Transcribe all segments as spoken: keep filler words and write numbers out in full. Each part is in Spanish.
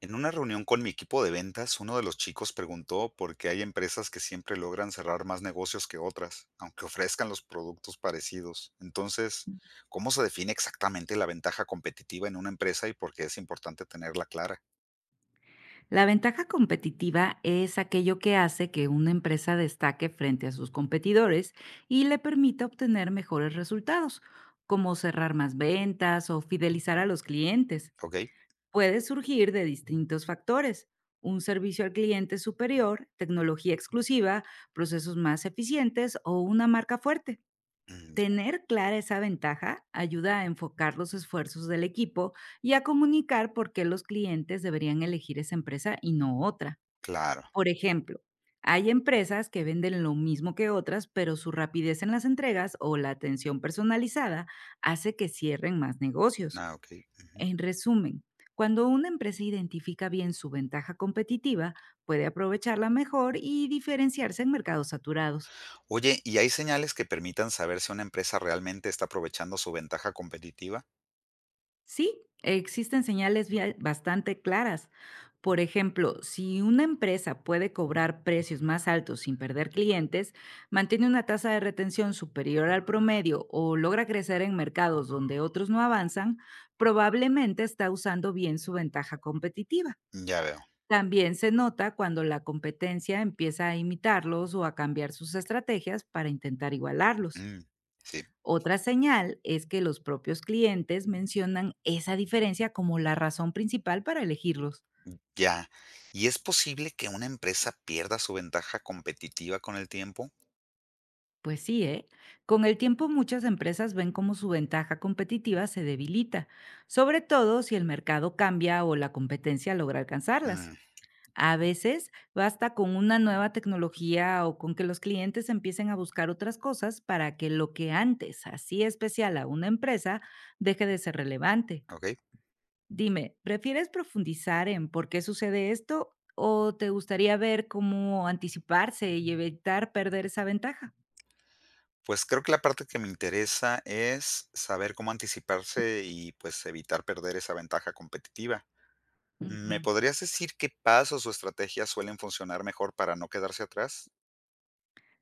En una reunión con mi equipo de ventas, uno de los chicos preguntó por qué hay empresas que siempre logran cerrar más negocios que otras, aunque ofrezcan los productos parecidos. Entonces, ¿cómo se define exactamente la ventaja competitiva en una empresa y por qué es importante tenerla clara? La ventaja competitiva es aquello que hace que una empresa destaque frente a sus competidores y le permita obtener mejores resultados, como cerrar más ventas o fidelizar a los clientes. ¿Ok? Puede surgir de distintos factores, un servicio al cliente superior, tecnología exclusiva, procesos más eficientes o una marca fuerte. Mm, Tener clara esa ventaja ayuda a enfocar los esfuerzos del equipo y a comunicar por qué los clientes deberían elegir esa empresa y no otra. claro. Por ejemplo, hay empresas que venden lo mismo que otras, pero su rapidez en las entregas o la atención personalizada hace que cierren más negocios. Ah, ok. Ujú. En resumen, cuando una empresa identifica bien su ventaja competitiva, puede aprovecharla mejor y diferenciarse en mercados saturados. Oye, ¿y hay señales que permitan saber si una empresa realmente está aprovechando su ventaja competitiva? Sí, existen señales via- bastante claras. Por ejemplo, si una empresa puede cobrar precios más altos sin perder clientes, mantiene una tasa de retención superior al promedio o logra crecer en mercados donde otros no avanzan, probablemente está usando bien su ventaja competitiva. Ya veo. También se nota cuando la competencia empieza a imitarlos o a cambiar sus estrategias para intentar igualarlos. Mm, sí. Otra señal es que los propios clientes mencionan esa diferencia como la razón principal para elegirlos. Ya. ¿Y es posible que una empresa pierda su ventaja competitiva con el tiempo? Pues sí, ¿eh? Con el tiempo, muchas empresas ven cómo su ventaja competitiva se debilita, sobre todo si el mercado cambia o la competencia logra alcanzarlas. Mm, A veces basta con una nueva tecnología o con que los clientes empiecen a buscar otras cosas para que lo que antes hacía especial a una empresa deje de ser relevante. okey. Dime, ¿prefieres profundizar en por qué sucede esto o te gustaría ver cómo anticiparse y evitar perder esa ventaja? Pues creo que la parte que me interesa es saber cómo anticiparse y, pues, evitar perder esa ventaja competitiva. Ujú. ¿Me podrías decir qué pasos o estrategias suelen funcionar mejor para no quedarse atrás?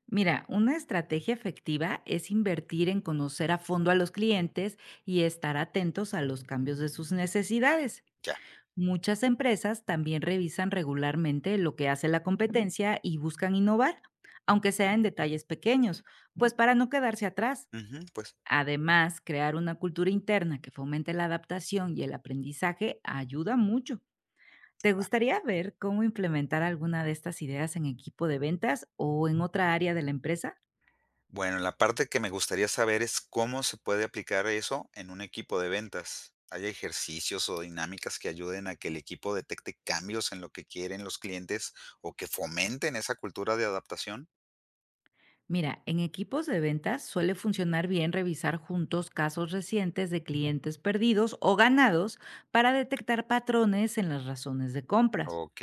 Mira, una estrategia efectiva es invertir en conocer a fondo a los clientes y estar atentos a los cambios de sus necesidades. Ya. Muchas empresas también revisan regularmente lo que hace la competencia y buscan innovar, aunque sea en detalles pequeños, pues para no quedarse atrás. Ujú, pues. Además, crear una cultura interna que fomente la adaptación y el aprendizaje ayuda mucho. ¿Te gustaría ver cómo implementar alguna de estas ideas en equipo de ventas o en otra área de la empresa? Bueno, la parte que me gustaría saber es cómo se puede aplicar eso en un equipo de ventas. ¿Hay ejercicios o dinámicas que ayuden a que el equipo detecte cambios en lo que quieren los clientes o que fomenten esa cultura de adaptación? Mira, en equipos de ventas suele funcionar bien revisar juntos casos recientes de clientes perdidos o ganados para detectar patrones en las razones de compras. Ok,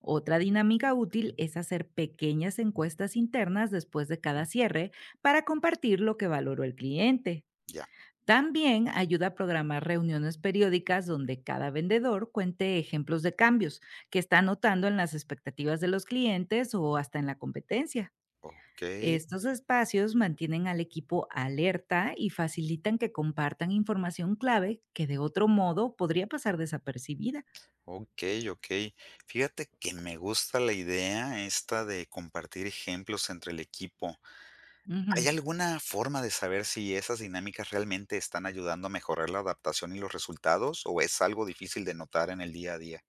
Otra dinámica útil es hacer pequeñas encuestas internas después de cada cierre para compartir lo que valoró el cliente. ya, También ayuda a programar reuniones periódicas donde cada vendedor cuente ejemplos de cambios que está notando en las expectativas de los clientes o hasta en la competencia. ok, Estos espacios mantienen al equipo alerta y facilitan que compartan información clave que de otro modo podría pasar desapercibida. ok, ok. Fíjate que me gusta la idea esta de compartir ejemplos entre el equipo. Ujú. ¿Hay alguna forma de saber si esas dinámicas realmente están ayudando a mejorar la adaptación y los resultados, o es algo difícil de notar en el día a día?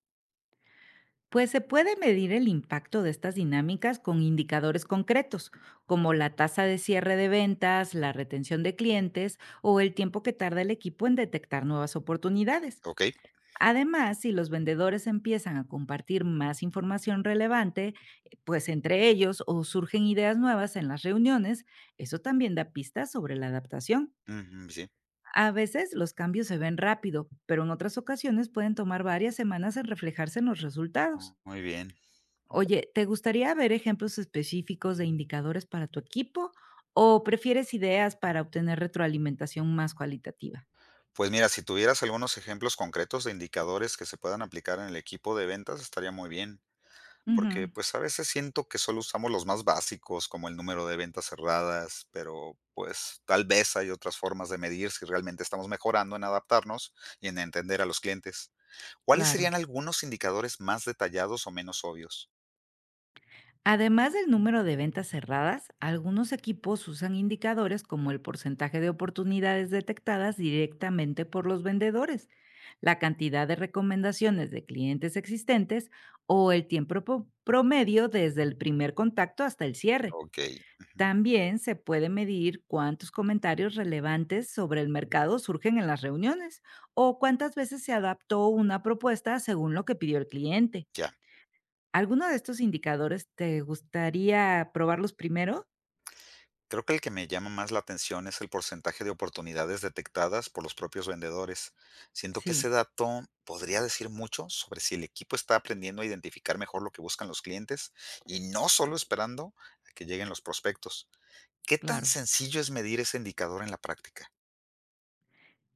Pues se puede medir el impacto de estas dinámicas con indicadores concretos, como la tasa de cierre de ventas, la retención de clientes o el tiempo que tarda el equipo en detectar nuevas oportunidades. Okey. Además, si los vendedores empiezan a compartir más información relevante, eh, pues entre ellos, o surgen ideas nuevas en las reuniones, eso también da pistas sobre la adaptación. Ujú, sí. A veces los cambios se ven rápido, pero en otras ocasiones pueden tomar varias semanas en reflejarse en los resultados. Muy bien. Oye, ¿te gustaría ver ejemplos específicos de indicadores para tu equipo o prefieres ideas para obtener retroalimentación más cualitativa? Pues mira, si tuvieras algunos ejemplos concretos de indicadores que se puedan aplicar en el equipo de ventas, estaría muy bien, porque, Ujú. pues, a veces siento que solo usamos los más básicos, como el número de ventas cerradas, pero, pues, tal vez hay otras formas de medir si realmente estamos mejorando en adaptarnos y en entender a los clientes. ¿Cuáles Claro. serían algunos indicadores más detallados o menos obvios? Además del número de ventas cerradas, algunos equipos usan indicadores como el porcentaje de oportunidades detectadas directamente por los vendedores, la cantidad de recomendaciones de clientes existentes o el tiempo po- promedio desde el primer contacto hasta el cierre. Ok, También se puede medir cuántos comentarios relevantes sobre el mercado surgen en las reuniones o cuántas veces se adaptó una propuesta según lo que pidió el cliente. ya. ¿Alguno de estos indicadores te gustaría probarlos primero? Creo que el que me llama más la atención es el porcentaje de oportunidades detectadas por los propios vendedores. Siento que ese Sí, dato podría decir mucho sobre si el equipo está aprendiendo a identificar mejor lo que buscan los clientes y no solo esperando a que lleguen los prospectos. ¿Qué tan claro. sencillo es medir ese indicador en la práctica?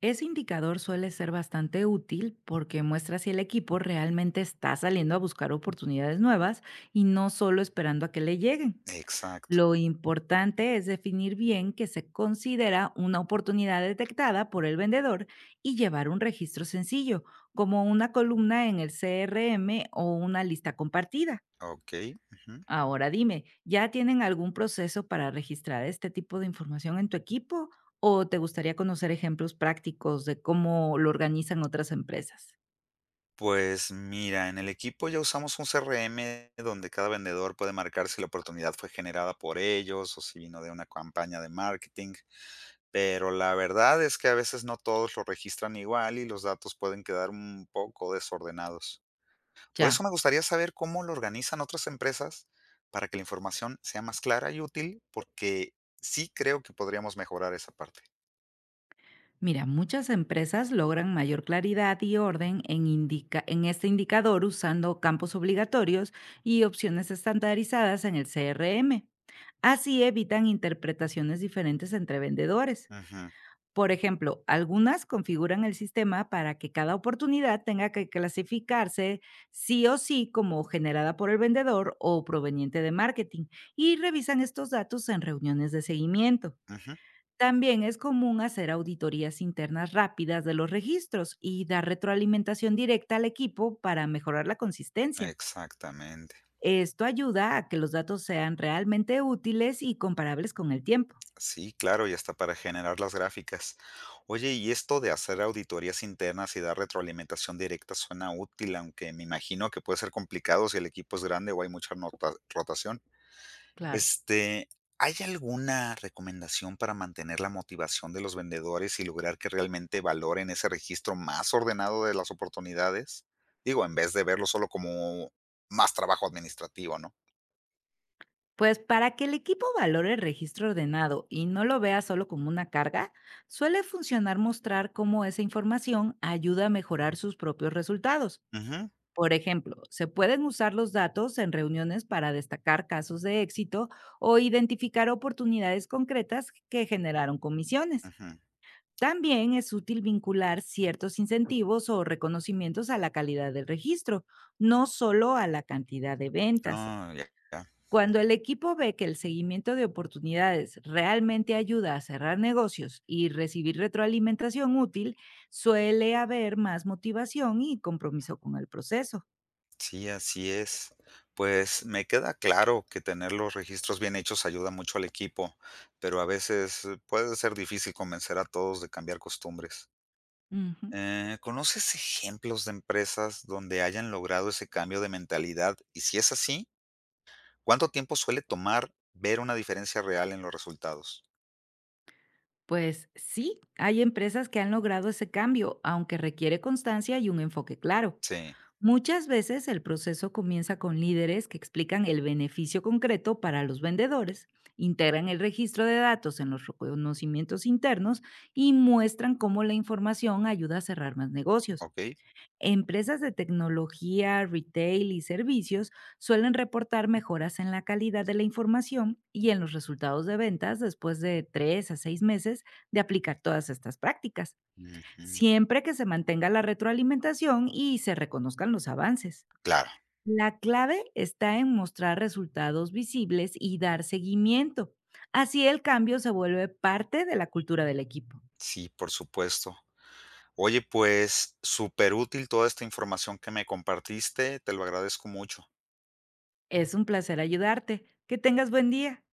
Ese indicador suele ser bastante útil porque muestra si el equipo realmente está saliendo a buscar oportunidades nuevas y no solo esperando a que le lleguen. Exacto. Lo importante es definir bien que se considera una oportunidad detectada por el vendedor y llevar un registro sencillo, como una columna en el C R M o una lista compartida. Ok. Ujú. Ahora dime, ¿ya tienen algún proceso para registrar este tipo de información en tu equipo o te gustaría conocer ejemplos prácticos de cómo lo organizan otras empresas? Pues mira, en el equipo ya usamos un C R M donde cada vendedor puede marcar si la oportunidad fue generada por ellos o si vino de una campaña de marketing, pero la verdad es que a veces no todos lo registran igual y los datos pueden quedar un poco desordenados. Por eso Ya. me gustaría saber cómo lo organizan otras empresas para que la información sea más clara y útil, porque sí creo que podríamos mejorar esa parte. Mira, muchas empresas logran mayor claridad y orden en, indica- en este indicador usando campos obligatorios y opciones estandarizadas en el C R M. Así evitan interpretaciones diferentes entre vendedores. Ujú, Por ejemplo, algunas configuran el sistema para que cada oportunidad tenga que clasificarse sí o sí como generada por el vendedor o proveniente de marketing, y revisan estos datos en reuniones de seguimiento. ujú. También es común hacer auditorías internas rápidas de los registros y dar retroalimentación directa al equipo para mejorar la consistencia. Exactamente. Esto ayuda a que los datos sean realmente útiles y comparables con el tiempo. Sí, claro, y hasta para generar las gráficas. Oye, y esto de hacer auditorías internas y dar retroalimentación directa suena útil, aunque me imagino que puede ser complicado si el equipo es grande o hay mucha nota- rotación. Claro. Este, ¿hay alguna recomendación para mantener la motivación de los vendedores y lograr que realmente valoren ese registro más ordenado de las oportunidades? Digo, en vez de verlo solo como más trabajo administrativo, ¿no? Pues para que el equipo valore el registro ordenado y no lo vea solo como una carga, suele funcionar mostrar cómo esa información ayuda a mejorar sus propios resultados. Ujú, Por ejemplo, se pueden usar los datos en reuniones para destacar casos de éxito o identificar oportunidades concretas que generaron comisiones. ujú. También es útil vincular ciertos incentivos o reconocimientos a la calidad del registro, no solo a la cantidad de ventas. No, ya, ya. Cuando el equipo ve que el seguimiento de oportunidades realmente ayuda a cerrar negocios y recibir retroalimentación útil, suele haber más motivación y compromiso con el proceso. Sí, así es. Pues me queda claro que tener los registros bien hechos ayuda mucho al equipo, pero a veces eh, puede ser difícil convencer a todos de cambiar costumbres. Ujú. Eh, ¿conoces ejemplos de empresas donde hayan logrado ese cambio de mentalidad? Y si es así, ¿cuánto tiempo suele tomar ver una diferencia real en los resultados? Pues sí, hay empresas que han logrado ese cambio, aunque requiere constancia y un enfoque claro. Sí, Muchas veces el proceso comienza con líderes que explican el beneficio concreto para los vendedores, integran el registro de datos en los reconocimientos internos y muestran cómo la información ayuda a cerrar más negocios. ok. Empresas de tecnología, retail y servicios suelen reportar mejoras en la calidad de la información y en los resultados de ventas después de tres a seis meses de aplicar todas estas prácticas, Ujú. siempre que se mantenga la retroalimentación y se reconozcan los avances. Claro, La clave está en mostrar resultados visibles y dar seguimiento. Así el cambio se vuelve parte de la cultura del equipo. sí, por supuesto. Oye, pues súper útil toda esta información que me compartiste, te lo agradezco mucho. Es un placer ayudarte. Que tengas buen día.